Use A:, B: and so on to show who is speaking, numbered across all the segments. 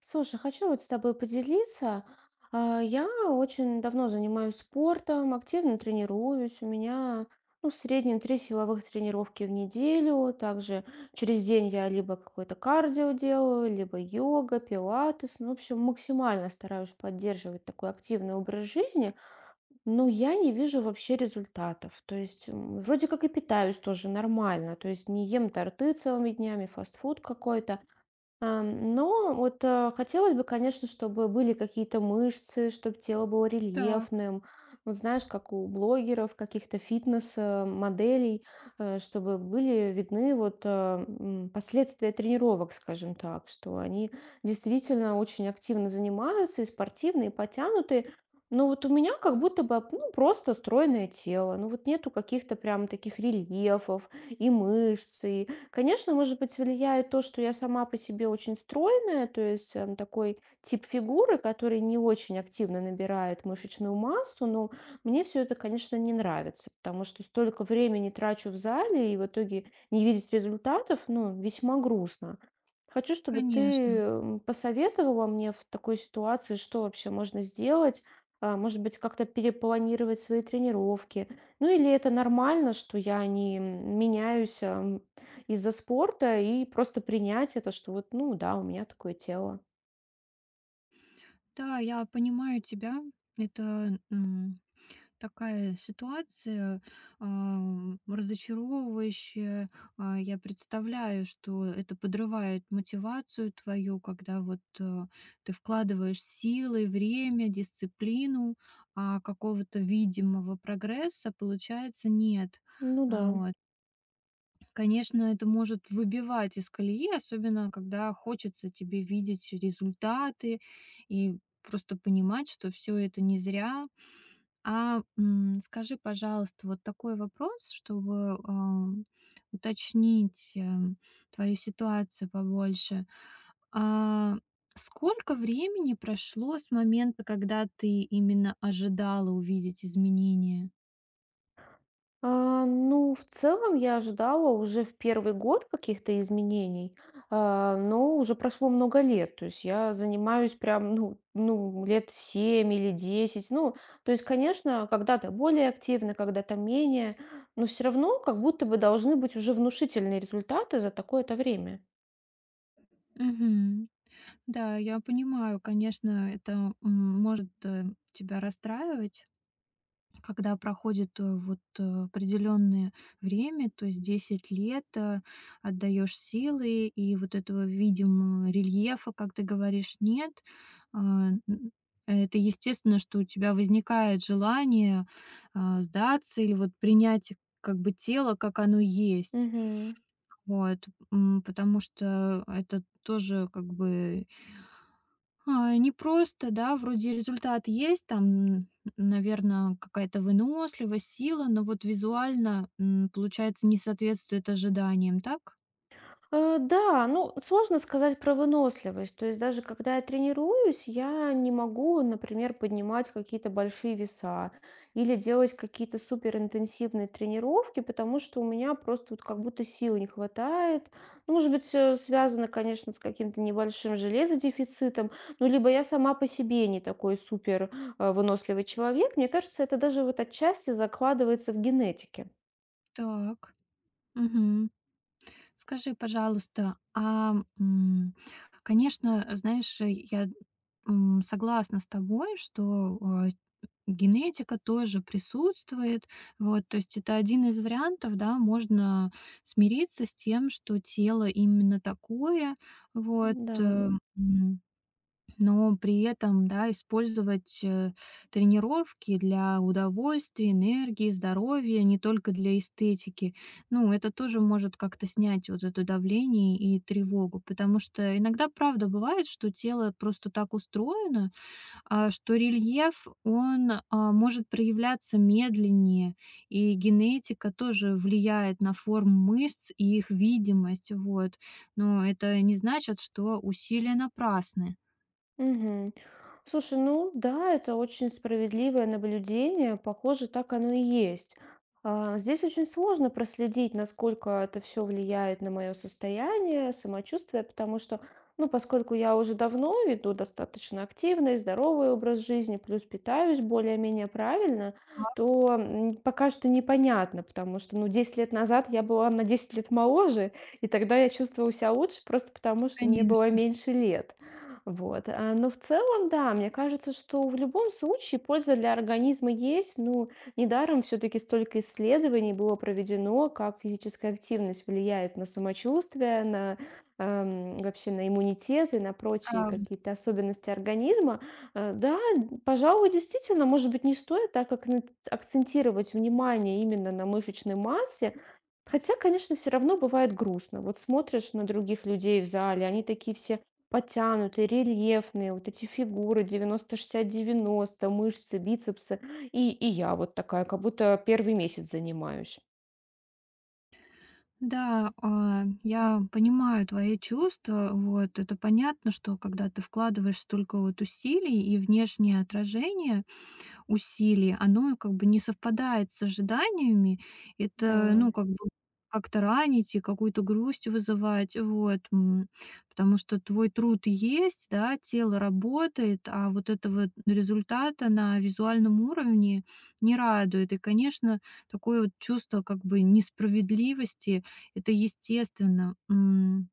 A: Слушай, хочу вот с тобой поделиться. Я очень давно занимаюсь спортом, активно тренируюсь. У меня, ну, в среднем 3 силовых тренировки в неделю. Также через день я либо какое-то кардио делаю, либо йога, пилатес. Ну, в общем, максимально стараюсь поддерживать такой активный образ жизни, но я не вижу вообще результатов. То есть вроде как и питаюсь тоже нормально. То есть не ем торты целыми днями, фастфуд какой-то. Но вот хотелось бы, конечно, чтобы были какие-то мышцы, чтобы тело было
B: Так,
A: рельефным. Вот знаешь, как у блогеров, каких-то фитнес-моделей, чтобы были видны вот последствия тренировок, скажем так, что они действительно очень активно занимаются, и спортивные, и потянутые. Но вот у меня как будто бы ну, просто стройное тело, ну вот нету каких-то прям таких рельефов и мышц, и конечно, может быть, влияет то, что я сама по себе очень стройная, то есть такой тип фигуры, который не очень активно набирает мышечную массу, но мне все это, конечно, не нравится, потому что столько времени трачу в зале и в итоге не видеть результатов, ну, весьма грустно. Хочу, чтобы ты
B: конечно.
A: посоветовала мне в такой ситуации, что вообще можно сделать, а, может быть, как-то перепланировать свои тренировки, ну или это нормально, что я не меняюсь из-за спорта и просто принять это, что вот, ну да, у меня такое тело.
B: Да, я понимаю тебя. Это, такая ситуация, разочаровывающая. Я представляю, что это подрывает мотивацию твою, когда вот, ты вкладываешь силы, время, дисциплину, а какого-то видимого прогресса, получается, нет.
A: Ну да.
B: А, вот. Конечно, это может выбивать из колеи, особенно когда хочется тебе видеть результаты и просто понимать, что все это не зря. А м, скажи, пожалуйста, вот такой вопрос, чтобы уточнить твою ситуацию побольше. А сколько времени прошло с момента, когда ты именно ожидала увидеть изменения?
A: А, ну, в целом я ожидала уже в первый год каких-то изменений, а, но уже прошло много лет. То есть я занимаюсь прям, ну, лет 7 или 10. Ну, то есть, конечно, когда-то более активно, когда-то менее, но все равно как будто бы должны быть уже внушительные результаты за такое-то время.
B: Да, я понимаю, конечно, это может тебя расстраивать, когда проходит определенное время, то есть 10 лет, отдаешь силы, и вот этого видимого рельефа, как ты говоришь, нет. А, н- Это естественно, что у тебя возникает желание сдаться или вот принять как бы тело, как оно есть.
A: Мгм.
B: Вот, потому что это тоже как бы не просто, да, вроде результат есть, там, наверное, какая-то выносливость, сила, но вот визуально, получается, не соответствует ожиданиям, так?
A: Да, ну, сложно сказать про выносливость. То есть даже когда я тренируюсь, я не могу, например, поднимать какие-то большие веса или делать какие-то суперинтенсивные тренировки, потому что у меня просто вот как будто сил не хватает. Ну, может быть, связано, конечно, с каким-то небольшим железодефицитом, ну, либо я сама по себе не такой супер выносливый человек. Мне кажется, это даже вот отчасти закладывается в генетике.
B: Так. Мгм. Скажи, пожалуйста, м, конечно, знаешь, я согласна с тобой, что а, генетика тоже присутствует. Вот, то есть это один из вариантов, да, можно смириться с тем, что тело именно такое, вот,
A: Да.
B: м, но при этом, да, использовать тренировки для удовольствия, энергии, здоровья, не только для эстетики. Ну, это тоже может как-то снять вот это давление и тревогу, потому что иногда, правда, бывает, что тело просто так устроено, что рельеф, он может проявляться медленнее, и генетика тоже влияет на форму мышц и их видимость, вот. Но это не значит, что усилия напрасны.
A: Мгм. Слушай, ну да, это очень справедливое наблюдение. Похоже, так оно и есть. Здесь очень сложно проследить, насколько это все влияет на мое состояние, самочувствие, потому что, ну, поскольку я уже давно веду достаточно активный, здоровый образ жизни, плюс питаюсь более-менее правильно,
B: Да,
A: то пока что непонятно, потому что, ну, 10 лет назад я была на 10 лет моложе, и тогда я чувствовала себя лучше просто потому, что мне было
B: конечно,
A: меньше лет. Вот. Но в целом, да, мне кажется, что в любом случае польза для организма есть. Ну, недаром все-таки столько исследований было проведено, как физическая активность влияет на самочувствие, на вообще на иммунитет и на прочие
B: правда.
A: какие-то особенности организма. Да, пожалуй, действительно, может быть, не стоит так как акцентировать внимание именно на мышечной массе, хотя, конечно, все равно бывает грустно. Вот смотришь на других людей в зале, они такие все потянутые, рельефные, вот эти фигуры 90-60-90 мышцы, бицепсы. И я вот такая, как будто первый месяц занимаюсь.
B: Да, я понимаю твои чувства. Вот это понятно, что когда ты вкладываешь столько вот усилий и внешнее отражение, усилий, оно как бы не совпадает с ожиданиями. Это,
A: Да.
B: ну, как бы как-то ранить и какую-то грусть вызывать, вот, м. Потому что твой труд есть, да, тело работает, а вот этого результата на визуальном уровне не радует. И, конечно, такое вот чувство как бы несправедливости — это естественно. М.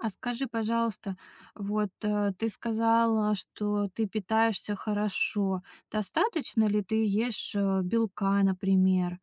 B: А скажи, пожалуйста, вот, ты сказала, что ты питаешься хорошо. Достаточно ли ты ешь, белка, например?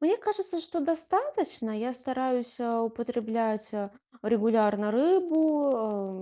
A: Мне кажется, что достаточно. Я стараюсь употреблять регулярно рыбу,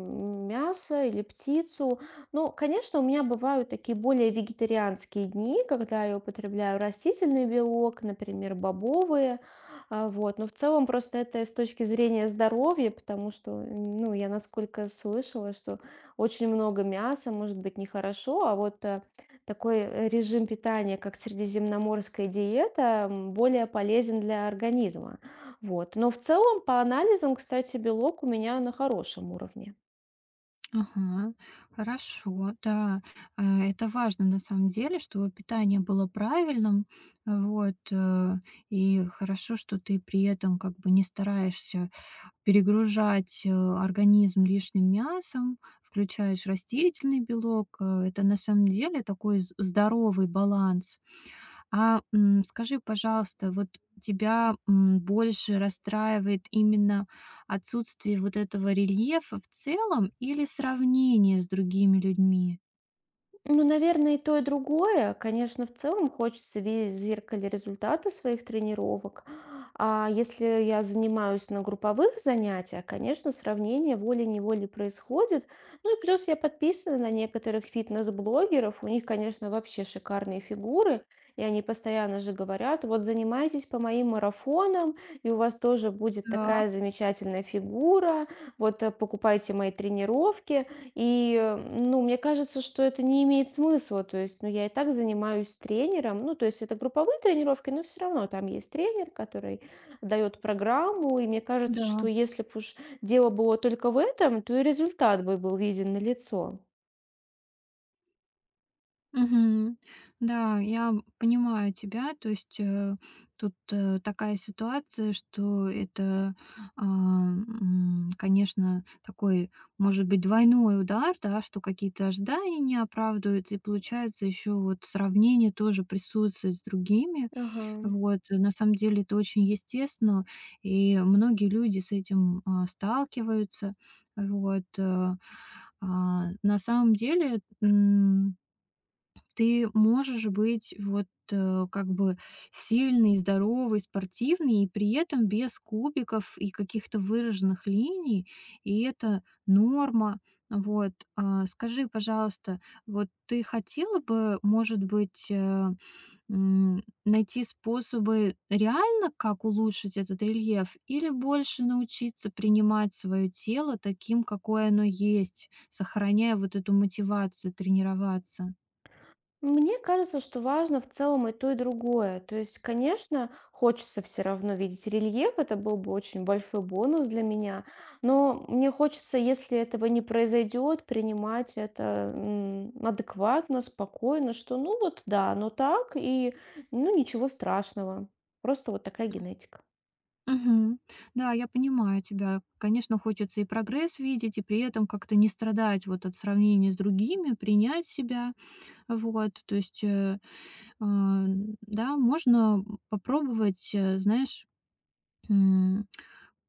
A: мясо или птицу. Ну, конечно, у меня бывают такие более вегетарианские дни, когда я употребляю растительный белок, например, бобовые. Вот. Но в целом просто это с точки зрения здоровья, потому что, ну, я насколько слышала, что очень много мяса может быть нехорошо, а вот такой режим питания, как средиземноморская диета, более полезен для организма. Вот. Но в целом, по анализам, кстати, белок у меня на хорошем уровне.
B: Ага, хорошо, да. Э, это важно на самом деле, чтобы питание было правильным. Вот, и хорошо, что ты при этом как бы не стараешься перегружать, организм лишним мясом, включаешь растительный белок. Э, это на самом деле такой з здоровый баланс. А, м, скажи, пожалуйста, вот тебя, больше расстраивает именно отсутствие вот этого рельефа в целом или сравнение с другими людьми?
A: Ну, наверное, и то, и другое. Конечно, в целом хочется видеть в зеркале результаты своих тренировок. А если я занимаюсь на групповых занятиях, конечно, сравнение волей-неволей происходит. Ну и плюс я подписана на некоторых фитнес-блогеров. У них, конечно, вообще шикарные фигуры. И они постоянно же говорят, вот занимайтесь по моим марафонам, и у вас тоже будет
B: Так,
A: такая замечательная фигура. Вот покупайте мои тренировки. И, ну, мне кажется, что это не имеет смысла. То есть, ну, я и так занимаюсь тренером. Ну, то есть это групповые тренировки, но все равно там есть тренер, который дает программу. И мне кажется,
B: да.
A: что если бы уж дело было только в этом, то и результат бы был виден на лицо.
B: Мгм. Да, я понимаю тебя. То есть, тут, такая ситуация, что это, конечно, такой, может быть, двойной удар, да, что какие-то ожидания не оправдываются, и получается еще вот сравнение тоже присутствует с другими.
A: Ага.
B: Вот, на самом деле это очень естественно, и многие люди с этим, сталкиваются. Вот, э. На самом деле, ты можешь быть вот, как бы сильный, здоровый, спортивный и при этом без кубиков и каких-то выраженных линий, и это норма. Вот, а, скажи, пожалуйста, вот ты хотела бы, может быть, найти способы реально, как улучшить этот рельеф, или больше научиться принимать свое тело таким, какое оно есть, сохраняя вот эту мотивацию тренироваться?
A: Мне кажется, что важно в целом и то, и другое. То есть, конечно, хочется все равно видеть рельеф, это был бы очень большой бонус для меня, но мне хочется, если этого не произойдет, принимать это адекватно, спокойно, что ну вот да, но так, и ну ничего страшного. Просто вот такая генетика.
B: Мгм. Да, я понимаю тебя. Конечно, хочется и прогресс видеть, и при этом как-то не страдать вот от сравнения с другими, принять себя. Вот, то есть, а, да, можно попробовать, знаешь, м,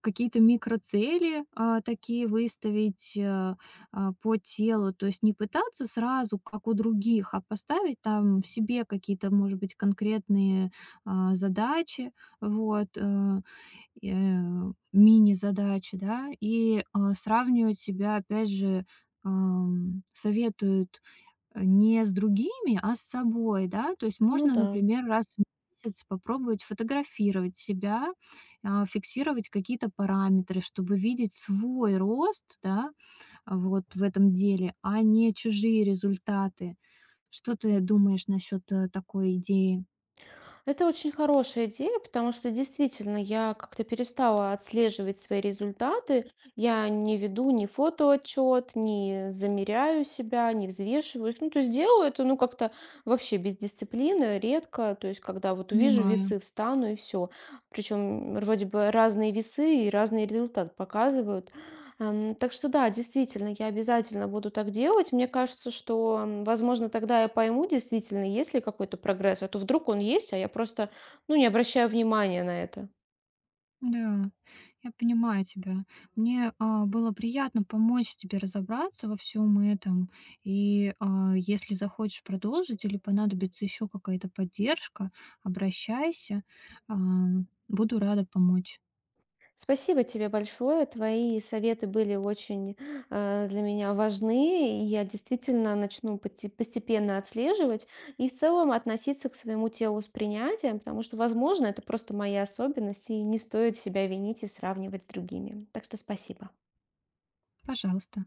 B: какие-то микроцели такие выставить по телу, то есть не пытаться сразу, как у других, а поставить там в себе какие-то, может быть, конкретные задачи, вот, мини-задачи, да, и, сравнивать себя, опять же, советуют, не с другими, а с собой, да. То есть
A: Ну
B: можно,
A: да.
B: например, раз в месяц попробовать фотографировать себя, фиксировать какие-то параметры, чтобы видеть свой рост, да, вот в этом деле, а не чужие результаты. Что ты думаешь насчет, такой идеи?
A: Это очень хорошая идея, потому что действительно я как-то перестала отслеживать свои результаты. Я не веду ни фотоотчет, не замеряю себя, не взвешиваюсь. Ну, то есть делаю это, ну, как-то вообще без дисциплины, редко. То есть когда вот увижу
B: Понимаю.
A: весы, встану и все. Причем вроде бы разные весы и разный результат показывают. Так что да, действительно, я обязательно буду так делать. Мне кажется, что, возможно, тогда я пойму, действительно, есть ли какой-то прогресс, а то вдруг он есть, а я просто, ну, не обращаю внимания на это.
B: Да, я понимаю тебя. Мне, было приятно помочь тебе разобраться во всем этом. И, если захочешь продолжить или понадобится еще какая-то поддержка, обращайся. Буду рада помочь.
A: Спасибо тебе большое. Твои советы были очень для меня важны, и я действительно начну постепенно отслеживать и в целом относиться к своему телу с принятием, потому что, возможно, это просто моя особенность, и не стоит себя винить и сравнивать с другими. Так что спасибо.
B: Пожалуйста.